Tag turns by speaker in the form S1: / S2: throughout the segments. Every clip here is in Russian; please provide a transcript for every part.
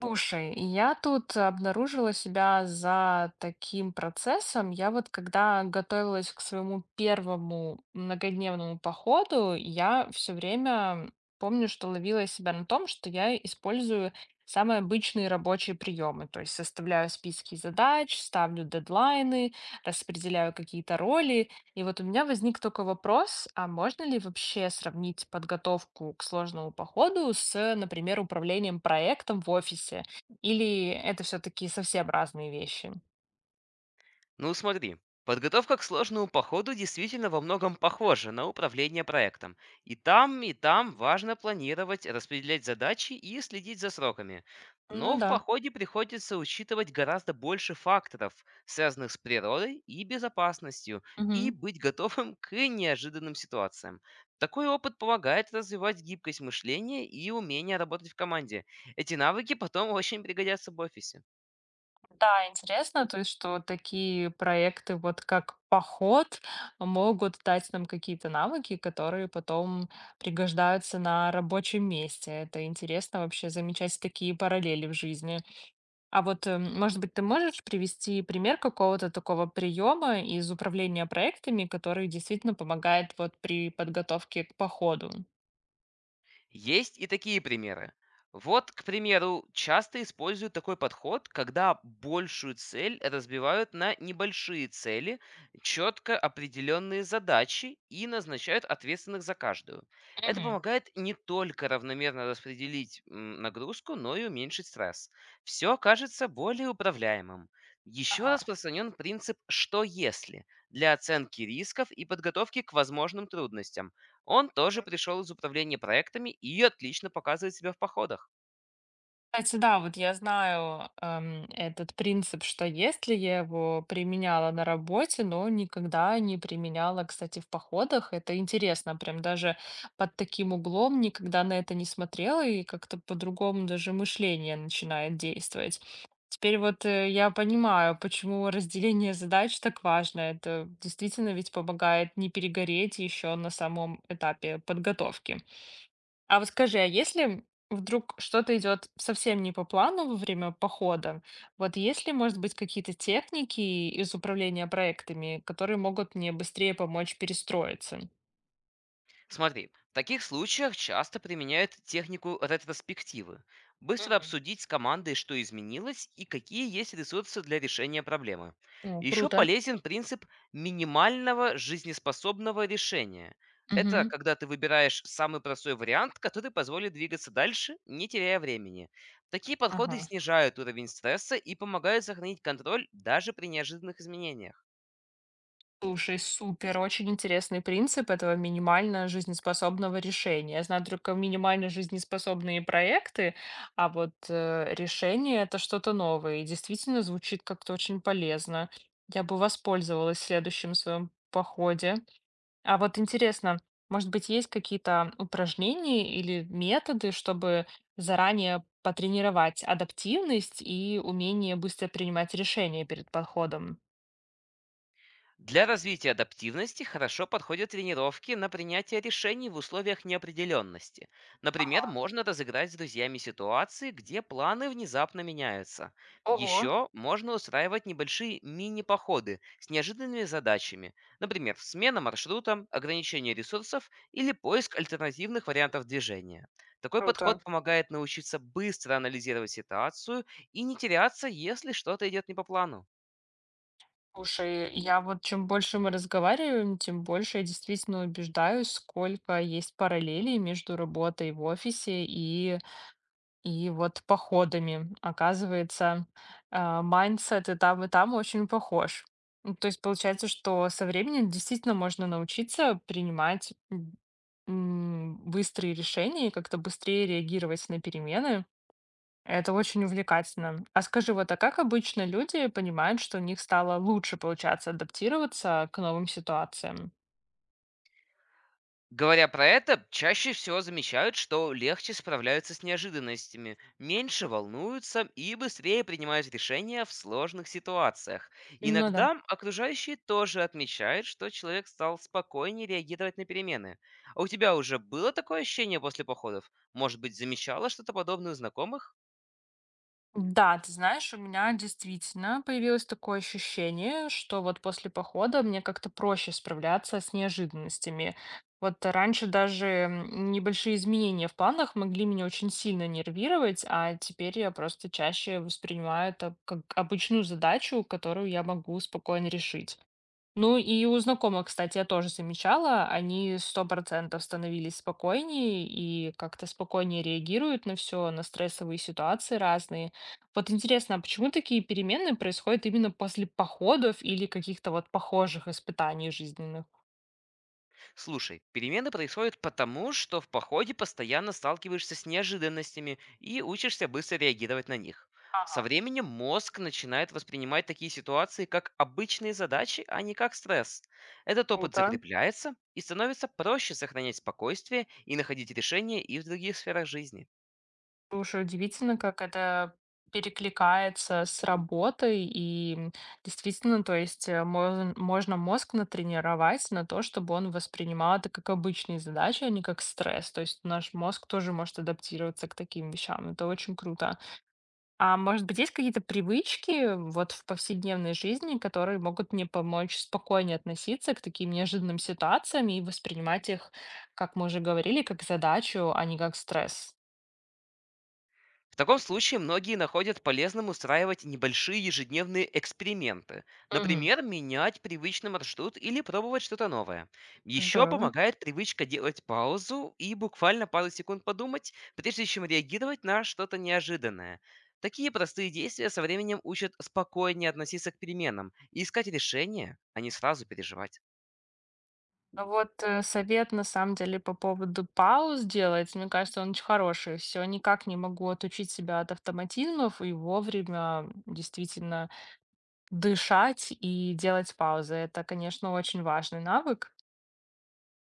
S1: Слушай, я тут обнаружила себя за таким процессом. Я вот когда готовилась к своему первому многодневному походу, я все время помню, что ловила себя на том, что я использую самые обычные рабочие приемы. То есть составляю списки задач, ставлю дедлайны, распределяю какие-то роли. И вот у меня возник только вопрос, а можно ли вообще сравнить подготовку к сложному походу с, например, управлением проектом в офисе? Или это все-таки совсем разные вещи?
S2: Ну смотри, подготовка к сложному походу действительно во многом похожа на управление проектом. И там важно планировать, распределять задачи и следить за сроками.
S1: Ну
S2: Но в
S1: да.
S2: походе приходится учитывать гораздо больше факторов, связанных с природой и безопасностью, и
S1: Мгм.
S2: быть готовым к неожиданным ситуациям. Такой опыт помогает развивать гибкость мышления и умение работать в команде. Эти навыки потом очень пригодятся в офисе.
S1: Да, интересно, то есть, что такие проекты, вот как поход, могут дать нам какие-то навыки, которые потом пригождаются на рабочем месте. Это интересно вообще замечать такие параллели в жизни. А вот, может быть, ты можешь привести пример какого-то такого приема из управления проектами, который действительно помогает вот при подготовке к походу?
S2: Есть и такие примеры. Вот, к примеру, часто используют такой подход, когда большую цель разбивают на небольшие цели, четко определенные задачи и назначают ответственных за каждую. Это
S1: Мгм.
S2: помогает не только равномерно распределить нагрузку, но и уменьшить стресс. Все кажется более управляемым. Еще
S1: Ага.
S2: распространен принцип «что если» для оценки рисков и подготовки к возможным трудностям. Он тоже пришел из управления проектами и отлично показывает себя в походах.
S1: Кстати, да, вот я знаю, этот принцип, что если я его применяла на работе, но никогда не применяла, кстати, в походах. Это интересно, прям даже под таким углом никогда на это не смотрела, и как-то по-другому даже мышление начинает действовать. Теперь вот я понимаю, почему разделение задач так важно. Это действительно ведь помогает не перегореть еще на самом этапе подготовки. А вот скажи, а если вдруг что-то идет совсем не по плану во время похода, вот есть ли, может быть, какие-то техники из управления проектами, которые могут мне быстрее помочь перестроиться?
S2: Смотри, в таких случаях часто применяют технику ретроспективы. Быстро
S1: Мгм.
S2: обсудить с командой, что изменилось и какие есть ресурсы для решения проблемы.
S1: О,
S2: Еще
S1: круто.
S2: полезен принцип минимального жизнеспособного решения. Это
S1: Мгм.
S2: когда ты выбираешь самый простой вариант, который позволит двигаться дальше, не теряя времени. Такие подходы
S1: Ага.
S2: снижают уровень стресса и помогают сохранить контроль даже при неожиданных изменениях.
S1: Слушай, супер, очень интересный принцип этого минимально жизнеспособного решения. Я знаю только минимально жизнеспособные проекты, а вот решение это что-то новое. И действительно звучит как-то очень полезно. Я бы воспользовалась в следующем своем походе. А вот интересно, может быть, есть какие-то упражнения или методы, чтобы заранее потренировать адаптивность и умение быстро принимать решения перед походом?
S2: Для развития адаптивности хорошо подходят тренировки на принятие решений в условиях неопределенности. Например,
S1: Ага.
S2: можно разыграть с друзьями ситуации, где планы внезапно меняются.
S1: Ого,
S2: Еще можно устраивать небольшие мини-походы с неожиданными задачами. Например, смена маршрута, ограничение ресурсов или поиск альтернативных вариантов движения. Такой
S1: круто.
S2: подход помогает научиться быстро анализировать ситуацию и не теряться, если что-то идет не по плану.
S1: Слушай, я вот чем больше мы разговариваем, тем больше я действительно убеждаюсь, сколько есть параллелей между работой в офисе и вот походами. Оказывается, майндсет и там очень похож. Ну, то есть получается, что со временем действительно можно научиться принимать быстрые решения и как-то быстрее реагировать на перемены. Это очень увлекательно. А скажи, вот, а как обычно люди понимают, что у них стало лучше получаться адаптироваться к новым ситуациям?
S2: Говоря про это, чаще всего замечают, что легче справляются с неожиданностями, меньше волнуются и быстрее принимают решения в сложных ситуациях.
S1: Ну да.
S2: Иногда окружающие тоже отмечают, что человек стал спокойнее реагировать на перемены. А у тебя уже было такое ощущение после походов? Может быть, замечала что-то подобное у знакомых?
S1: Да, ты знаешь, у меня действительно появилось такое ощущение, что вот после похода мне как-то проще справляться с неожиданностями. Вот раньше даже небольшие изменения в планах могли меня очень сильно нервировать, а теперь я просто чаще воспринимаю это как обычную задачу, которую я могу спокойно решить. Ну, и у знакомых, кстати, я тоже замечала, они сто процентов становились спокойнее и как-то спокойнее реагируют на все, на стрессовые ситуации разные. Вот интересно, а почему такие перемены происходят именно после походов или каких-то вот похожих испытаний жизненных?
S2: Слушай, перемены происходят потому, что в походе постоянно сталкиваешься с неожиданностями и учишься быстро реагировать на них. Со
S1: Ага,
S2: временем мозг начинает воспринимать такие ситуации как обычные задачи, а не как стресс. Этот опыт
S1: круто.
S2: закрепляется и становится проще сохранять спокойствие и находить решения и в других сферах жизни.
S1: Слушай, удивительно, как это перекликается с работой. И действительно, то есть можно мозг натренировать на то, чтобы он воспринимал это как обычные задачи, а не как стресс. То есть наш мозг тоже может адаптироваться к таким вещам. Это очень круто. А может быть, есть какие-то привычки вот в повседневной жизни, которые могут мне помочь спокойнее относиться к таким неожиданным ситуациям и воспринимать их, как мы уже говорили, как задачу, а не как стресс?
S2: В таком случае многие находят полезным устраивать небольшие ежедневные эксперименты.
S1: Мгм.
S2: Например, менять привычный маршрут или пробовать что-то новое. Еще
S1: Здорово.
S2: помогает привычка делать паузу и буквально пару секунд подумать, прежде чем реагировать на что-то неожиданное. Такие простые действия со временем учат спокойнее относиться к переменам и искать решения, а не сразу переживать.
S1: Ну вот совет на самом деле по поводу пауз делать, мне кажется, он очень хороший. Все, никак не могу отучить себя от автоматизмов и вовремя действительно дышать и делать паузы. Это, конечно, очень важный навык.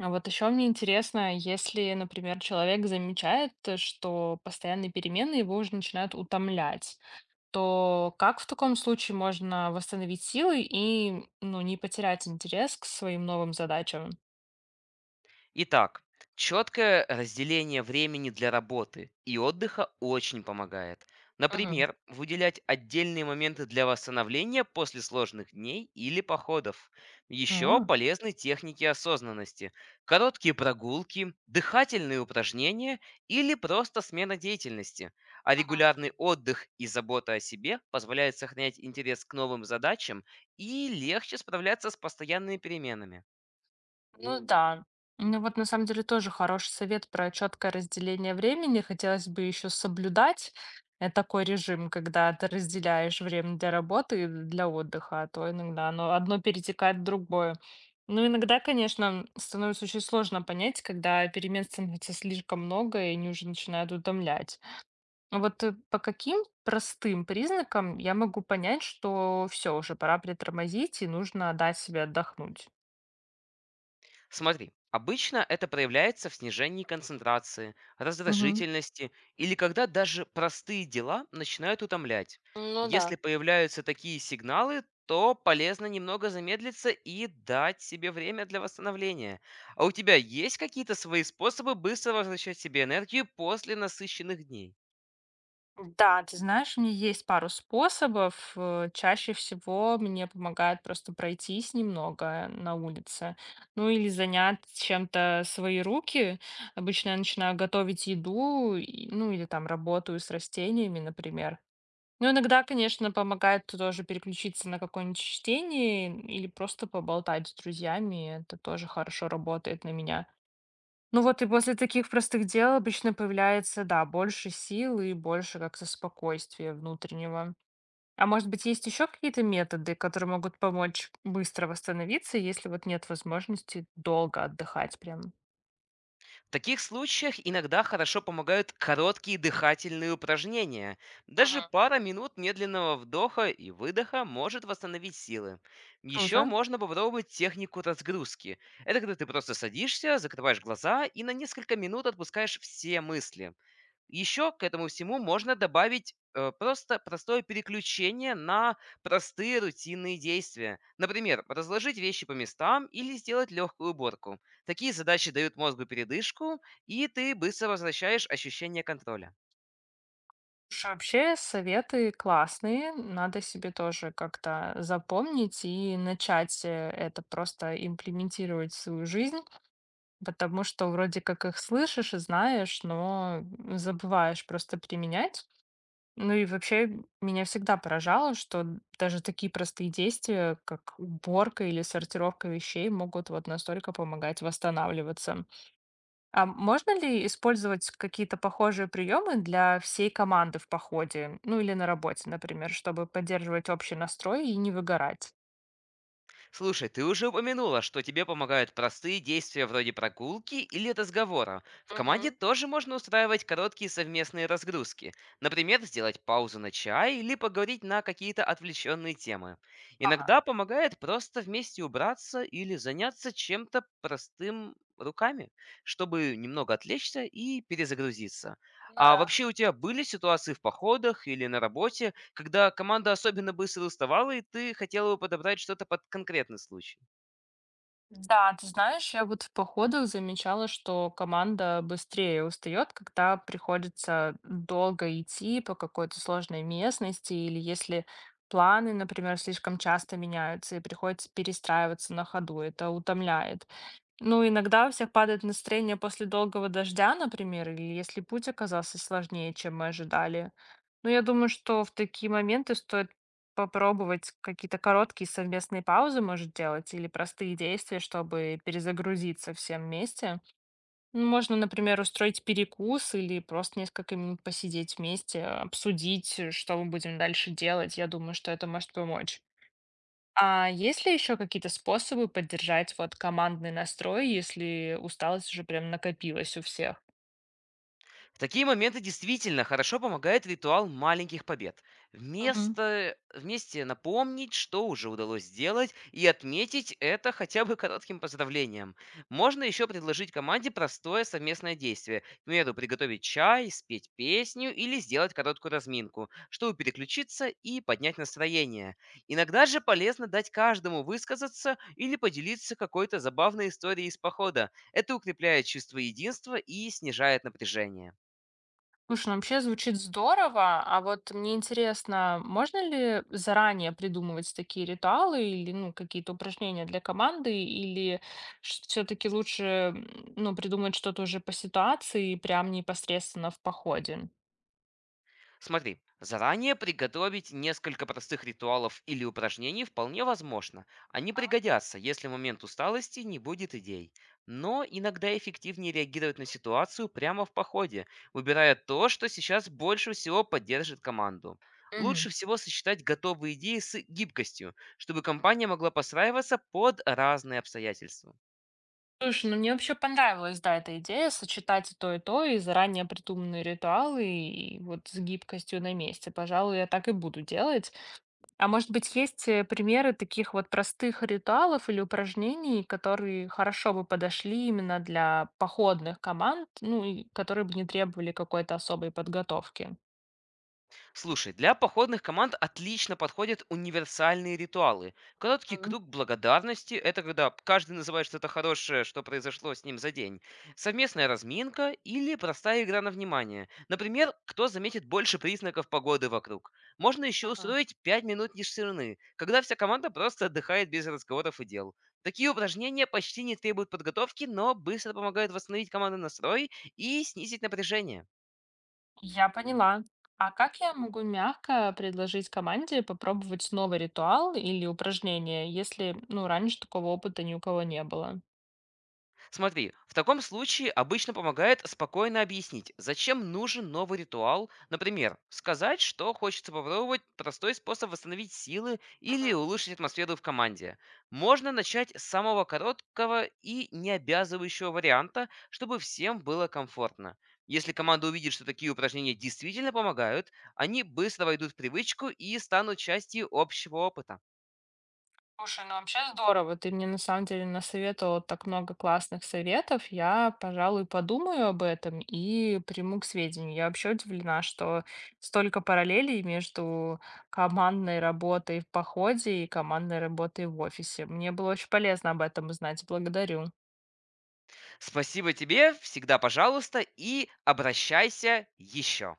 S1: А вот еще мне интересно, если, например, человек замечает, что постоянные перемены его уже начинают утомлять, то как в таком случае можно восстановить силы и, ну, не потерять интерес к своим новым задачам?
S2: Итак, четкое разделение времени для работы и отдыха очень помогает.
S1: Мгм.
S2: Например, выделять отдельные моменты для восстановления после сложных дней или походов. Еще
S1: А.
S2: полезны техники осознанности, короткие прогулки, дыхательные упражнения или просто смена деятельности. А
S1: Мгм.
S2: регулярный отдых и забота о себе позволяет сохранять интерес к новым задачам и легче справляться с постоянными переменами.
S1: Ну да. Ну вот на самом деле тоже хороший совет про четкое разделение времени. Хотелось бы еще соблюдать такой режим, когда ты разделяешь время для работы и для отдыха, а то иногда оно одно перетекает в другое. Ну, иногда, конечно, становится очень сложно понять, когда перемен становится слишком много, и они уже начинают утомлять. А вот по каким простым признакам я могу понять, что все, уже пора притормозить, и нужно дать себе отдохнуть?
S2: Смотри, обычно это проявляется в снижении концентрации,
S1: Мгм.
S2: раздражительности или когда даже простые дела начинают утомлять.
S1: Ну да.
S2: Если появляются такие сигналы, то полезно немного замедлиться и дать себе время для восстановления. А у тебя есть какие-то свои способы быстро возвращать себе энергию после насыщенных дней?
S1: Да, ты знаешь, у меня есть пару способов. Чаще всего мне помогает просто пройтись немного на улице, ну или занять чем-то свои руки. Обычно я начинаю готовить еду, ну или там работаю с растениями, например. Ну, иногда, конечно, помогает тоже переключиться на какое-нибудь чтение или просто поболтать с друзьями. Это тоже хорошо работает на меня. Ну вот и после таких простых дел обычно появляется, да, больше сил и больше как-то спокойствия внутреннего. А может быть, есть еще какие-то методы, которые могут помочь быстро восстановиться, если вот нет возможности долго отдыхать прям?
S2: В таких случаях иногда хорошо помогают короткие дыхательные упражнения. Даже
S1: Мгм.
S2: пара минут медленного вдоха и выдоха может восстановить силы. Еще
S1: Круто.
S2: можно попробовать технику разгрузки. Это когда ты просто садишься, закрываешь глаза и на несколько минут отпускаешь все мысли. Еще к этому всему можно добавить просто простое переключение на простые рутинные действия. Например, разложить вещи по местам или сделать легкую уборку. Такие задачи дают мозгу передышку, и ты быстро возвращаешь ощущение контроля.
S1: Слушай, вообще советы классные, надо себе тоже как-то запомнить и начать это просто имплементировать в свою жизнь, потому что вроде как их слышишь и знаешь, но забываешь просто применять. Ну и вообще меня всегда поражало, что даже такие простые действия, как уборка или сортировка вещей, могут вот настолько помогать восстанавливаться. А можно ли использовать какие-то похожие приемы для всей команды в походе, ну или на работе, например, чтобы поддерживать общий настрой и не выгорать?
S2: Слушай, ты уже упомянула, что тебе помогают простые действия вроде прогулки или разговора. В команде
S1: Мгм.
S2: тоже можно устраивать короткие совместные разгрузки. Например, сделать паузу на чай или поговорить на какие-то отвлеченные темы.
S1: Ага,
S2: Иногда помогает просто вместе убраться или заняться чем-то простым руками, чтобы немного отвлечься и перезагрузиться.
S1: ну
S2: А
S1: да.
S2: вообще у тебя были ситуации в походах или на работе, когда команда особенно быстро уставала, и ты хотела бы подобрать что-то под конкретный случай?
S1: Да, ты знаешь, я вот в походах замечала, что команда быстрее устает, когда приходится долго идти по какой-то сложной местности, или если планы, например, слишком часто меняются и приходится перестраиваться на ходу, это утомляет. Ну, иногда у всех падает настроение после долгого дождя, например, или если путь оказался сложнее, чем мы ожидали. Но я думаю, что в такие моменты стоит попробовать какие-то короткие совместные паузы, может, делать, или простые действия, чтобы перезагрузиться всем вместе. Ну, можно, например, устроить перекус или просто несколько минут посидеть вместе, обсудить, что мы будем дальше делать. Я думаю, что это может помочь. А есть ли еще какие-то способы поддержать вот командный настрой, если усталость уже прям накопилась у всех?
S2: В такие моменты действительно хорошо помогает ритуал маленьких побед.
S1: Мгм.
S2: Вместе напомнить, что уже удалось сделать, и отметить это хотя бы коротким поздравлением. Можно еще предложить команде простое совместное действие. К примеру, приготовить чай, спеть песню или сделать короткую разминку, чтобы переключиться и поднять настроение. Иногда же полезно дать каждому высказаться или поделиться какой-то забавной историей из похода. Это укрепляет чувство единства и снижает напряжение.
S1: Слушай, ну вообще звучит здорово, а вот мне интересно, можно ли заранее придумывать такие ритуалы или ну, какие-то упражнения для команды, или все-таки лучше ну, придумать что-то уже по ситуации и прям непосредственно в походе?
S2: Смотри, заранее приготовить несколько простых ритуалов или упражнений вполне возможно. Они
S1: А.
S2: пригодятся, если в момент усталости не будет идей. Но иногда эффективнее реагировать на ситуацию прямо в походе, выбирая то, что сейчас больше всего поддержит команду.
S1: Мгм.
S2: Лучше всего сочетать готовые идеи с гибкостью, чтобы компания могла подстраиваться под разные обстоятельства.
S1: Слушай, ну мне вообще понравилась, да, эта идея сочетать и то, и то, и заранее придуманные ритуалы, и вот с гибкостью на месте. Пожалуй, я так и буду делать. А может быть, есть примеры таких вот простых ритуалов или упражнений, которые хорошо бы подошли именно для походных команд, ну и которые бы не требовали какой-то особой подготовки?
S2: Слушай, для походных команд отлично подходят универсальные ритуалы. Короткий
S1: Мгм.
S2: круг благодарности– это когда каждый называет что-то хорошее, что произошло с ним за день. Совместная разминка или простая игра на внимание. Например, кто заметит больше признаков погоды вокруг. Можно еще
S1: Мгм.
S2: устроить 5 минут тишины, когда вся команда просто отдыхает без разговоров и дел. Такие упражнения почти не требуют подготовки, но быстро помогают восстановить командный настрой и снизить напряжение.
S1: Я поняла. А как я могу мягко предложить команде попробовать новый ритуал или упражнение, если, ну, раньше такого опыта ни у кого не было?
S2: Смотри, в таком случае обычно помогает спокойно объяснить, зачем нужен новый ритуал. Например, сказать, что хочется попробовать простой способ восстановить силы или
S1: Мгм,
S2: улучшить атмосферу в команде. Можно начать с самого короткого и необязывающего варианта, чтобы всем было комфортно. Если
S1: мгм.
S2: команда увидит, что такие упражнения действительно помогают, они быстро войдут в привычку и станут частью общего опыта.
S1: Слушай, ну вообще здорово. Ты мне на самом деле насоветовала так много классных советов. Я, пожалуй, подумаю об этом и приму к сведению. Я вообще удивлена, что столько параллелей между командной работой в походе и командной работой в офисе. Мне было очень полезно об этом узнать. Благодарю.
S2: Спасибо тебе, всегда пожалуйста, и обращайся еще.